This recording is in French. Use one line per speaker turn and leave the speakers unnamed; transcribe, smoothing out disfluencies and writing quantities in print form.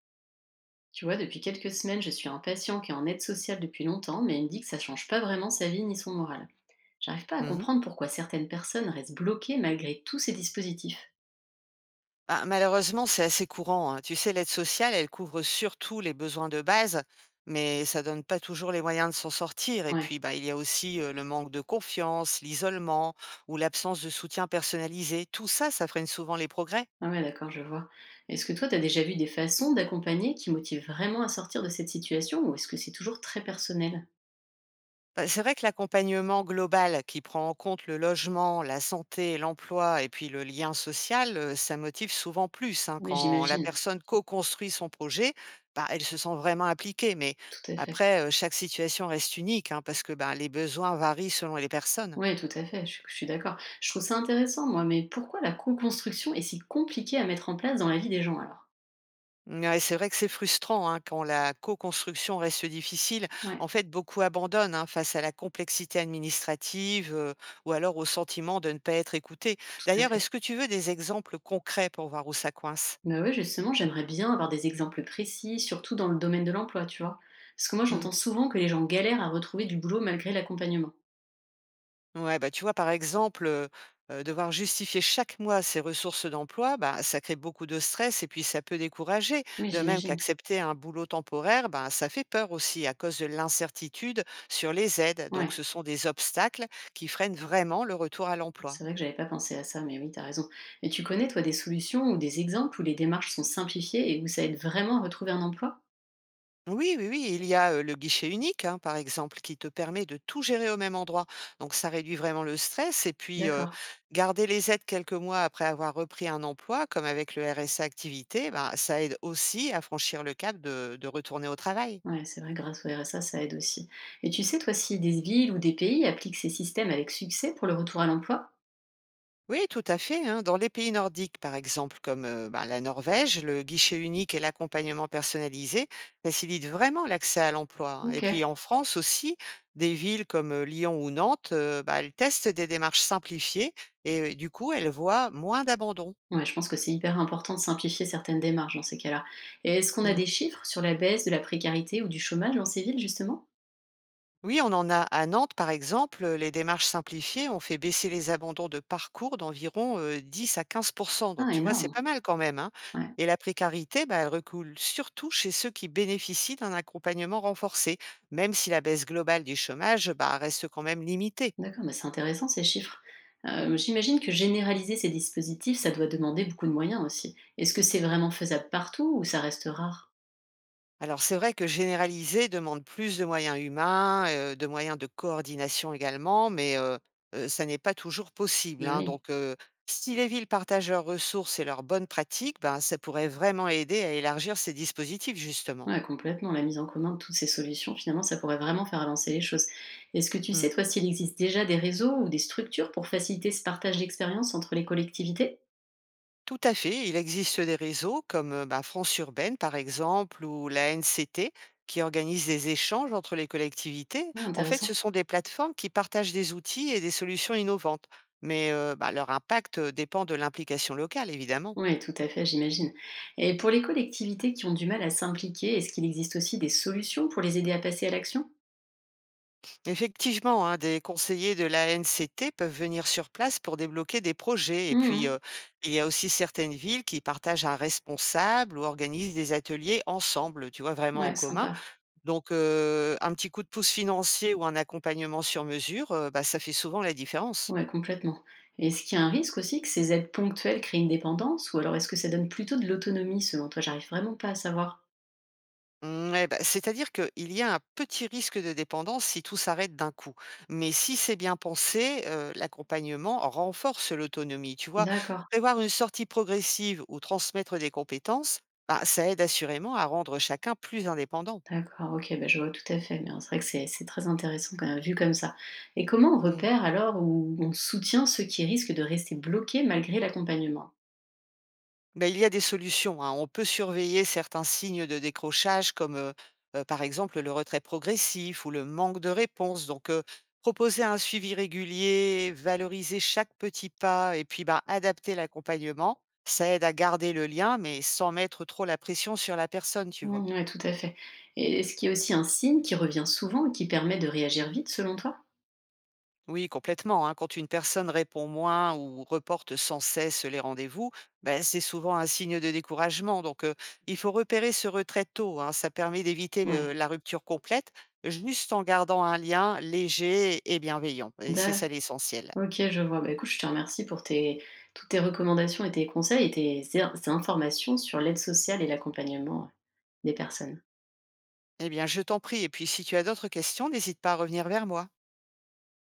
Tu vois, depuis quelques semaines, je suis un patient qui est en aide sociale depuis longtemps, mais il me dit que ça change pas vraiment sa vie ni son moral. J'arrive pas à
Mmh.
comprendre pourquoi certaines personnes restent bloquées malgré tous ces dispositifs.
Bah, malheureusement, c'est assez courant, hein. Tu sais, l'aide sociale, elle couvre surtout les besoins de base, mais ça donne pas toujours les moyens de s'en sortir. Et
Ouais,
puis, bah, il y a aussi le manque de confiance, l'isolement ou l'absence de soutien personnalisé. Tout ça, ça freine souvent les progrès.
ah ouais, d'accord, je vois. Est-ce que toi, t'as déjà vu des façons d'accompagner qui motivent vraiment à sortir de cette situation, ou est-ce que c'est toujours très personnel?
Bah, c'est vrai que l'accompagnement global qui prend en compte le logement, la santé, l'emploi et puis le lien social, ça motive souvent plus, hein.
Oui,
Quand la
j'imagine,
personne co-construit son projet, bah, elle se sent vraiment impliquée. Mais
tout à fait.
après, chaque situation reste unique, hein, parce que, ben, les besoins varient selon les personnes.
Oui, tout à fait, je suis d'accord. Je trouve ça intéressant, moi, mais pourquoi la co-construction est si compliquée à mettre en place dans la vie des gens alors?
Ouais, c'est vrai que c'est frustrant, hein, quand la co-construction reste difficile.
Ouais,
En fait, beaucoup abandonnent, hein, face à la complexité administrative, ou alors au sentiment de ne pas être écouté.
tout à
D'ailleurs, est-ce
fait.
que tu veux des exemples concrets pour voir où ça coince?
Bah ouais, justement, j'aimerais bien avoir des exemples précis, surtout dans le domaine de l'emploi, tu vois. Parce que moi,
Mmh.
j'entends souvent que les gens galèrent à retrouver du boulot malgré l'accompagnement.
Ouais, bah, tu vois, par exemple, devoir justifier chaque mois ses ressources d'emploi, bah, ça crée beaucoup de stress et puis ça peut décourager.
Oui,
De même
j'imagine.
qu'accepter un boulot temporaire, ben, ça fait peur aussi à cause de l'incertitude sur les aides.
Ouais,
Donc ce sont des obstacles qui freinent vraiment le retour à l'emploi.
c'est vrai que j'avais pas pensé à ça, mais oui, t'as raison. Mais tu connais, toi, des solutions ou des exemples où les démarches sont simplifiées et où ça aide vraiment à retrouver un emploi?
Oui, oui, oui, il y a, le guichet unique, hein, par exemple, qui te permet de tout gérer au même endroit. Donc ça réduit vraiment le stress et puis,
D'accord.
garder les aides quelques mois après avoir repris un emploi, comme avec le RSA activité, ben, ça aide aussi à franchir le cap de retourner au travail.
Ouais, c'est vrai, grâce au RSA, ça aide aussi. Et tu sais, toi, si des villes ou des pays appliquent ces systèmes avec succès pour le retour à l'emploi?
Oui, tout à fait, hein. Dans les pays nordiques, par exemple, comme ben, la Norvège, le guichet unique et l'accompagnement personnalisé facilitent vraiment l'accès à l'emploi, hein. Et puis
Ok.
en France aussi, des villes comme Lyon ou Nantes, ben, elles testent des démarches simplifiées et du coup, elles voient moins d'abandon.
Ouais, je pense que c'est hyper important de simplifier certaines démarches dans ces cas-là. Et est-ce qu'on a
Mmh.
des chiffres sur la baisse de la précarité ou du chômage dans ces villes, justement?
Oui, on en a. À Nantes, par exemple, les démarches simplifiées ont fait baisser les abandons de parcours d'environ 10 à 15. Donc,
Ah,
tu vois, c'est
énorme.
pas mal quand même, hein.
Ouais.
Et la précarité, bah, elle recoule surtout chez ceux qui bénéficient d'un accompagnement renforcé, même si la baisse globale du chômage, bah, reste quand même limitée.
D'accord, mais c'est intéressant ces chiffres. J'imagine que généraliser ces dispositifs, ça doit demander beaucoup de moyens aussi. Est-ce que c'est vraiment faisable partout ou ça reste rare?
Alors c'est vrai que généraliser demande plus de moyens humains, de moyens de coordination également, mais ça n'est pas toujours possible,
Bah
hein.
oui,
Donc, si les villes partagent leurs ressources et leurs bonnes pratiques, ben, ça pourrait vraiment aider à élargir ces dispositifs justement.
ouais, complètement. La mise en commun de toutes ces solutions, finalement, ça pourrait vraiment faire avancer les choses. Est-ce que tu sais,
Mmh.
toi, s'il existe déjà des réseaux ou des structures pour faciliter ce partage d'expérience entre les collectivités?
Tout à fait. Il existe des réseaux comme bah, France Urbaine, par exemple, ou la NCT, qui organisent des échanges entre les collectivités.
Ouais,
En fait,
intéressant.
ce sont des plateformes qui partagent des outils et des solutions innovantes. Mais bah, leur impact dépend de l'implication locale, évidemment.
Oui, tout à fait, j'imagine. Et pour les collectivités qui ont du mal à s'impliquer, est-ce qu'il existe aussi des solutions pour les aider à passer à l'action?
Effectivement, hein, des conseillers de la NCT peuvent venir sur place pour débloquer des projets. Et puis,
Mmh.
il y a aussi certaines villes qui partagent un responsable ou organisent des ateliers ensemble, tu vois, vraiment en
Ouais,
commun.
sympa.
Donc, un petit coup de pouce financier ou un accompagnement sur mesure, bah, ça fait souvent la différence.
Ouais, complètement. Est-ce qu'il y a un risque aussi que ces aides ponctuelles créent une dépendance? Ou alors est-ce que ça donne plutôt de l'autonomie selon toi? J'arrive vraiment pas à savoir.
Mouais, bah, c'est-à-dire qu'il y a un petit risque de dépendance si tout s'arrête d'un coup. Mais si c'est bien pensé, l'accompagnement renforce l'autonomie, tu vois?
D'accord,
Prévoir une sortie progressive ou transmettre des compétences, bah, ça aide assurément à rendre chacun plus indépendant.
d'accord, ok, bah, je vois tout à fait. Mais c'est vrai que c'est très intéressant quand même, vu comme ça. Et comment on
Mmh.
repère alors ou on soutient ceux qui risquent de rester bloqués malgré l'accompagnement?
Bah, il y a des solutions, hein. On peut surveiller certains signes de décrochage comme, par exemple, le retrait progressif ou le manque de réponse. Donc, proposer un suivi régulier, valoriser chaque petit pas et puis, bah, adapter l'accompagnement, ça aide à garder le lien mais sans mettre trop la pression sur la personne, tu vois?
Mmh, ouais, tout à fait. Et est-ce qu'il y a aussi un signe qui revient souvent, et qui permet de réagir vite selon toi?
Oui, complètement, hein. Quand une personne répond moins ou reporte sans cesse les rendez-vous, ben, c'est souvent un signe de découragement. Donc, il faut repérer ce retrait tôt, hein. Ça permet d'éviter
Ouais.
la rupture complète, juste en gardant un lien léger et bienveillant. Et c'est
D'a
ça l'essentiel.
OK, je vois. Bah, écoute, je te remercie pour tes toutes tes recommandations et tes conseils et tes er informations sur l'aide sociale et l'accompagnement des personnes.
Eh bien, je t'en prie. Et puis, si tu as d'autres questions, n'hésite pas à revenir vers moi.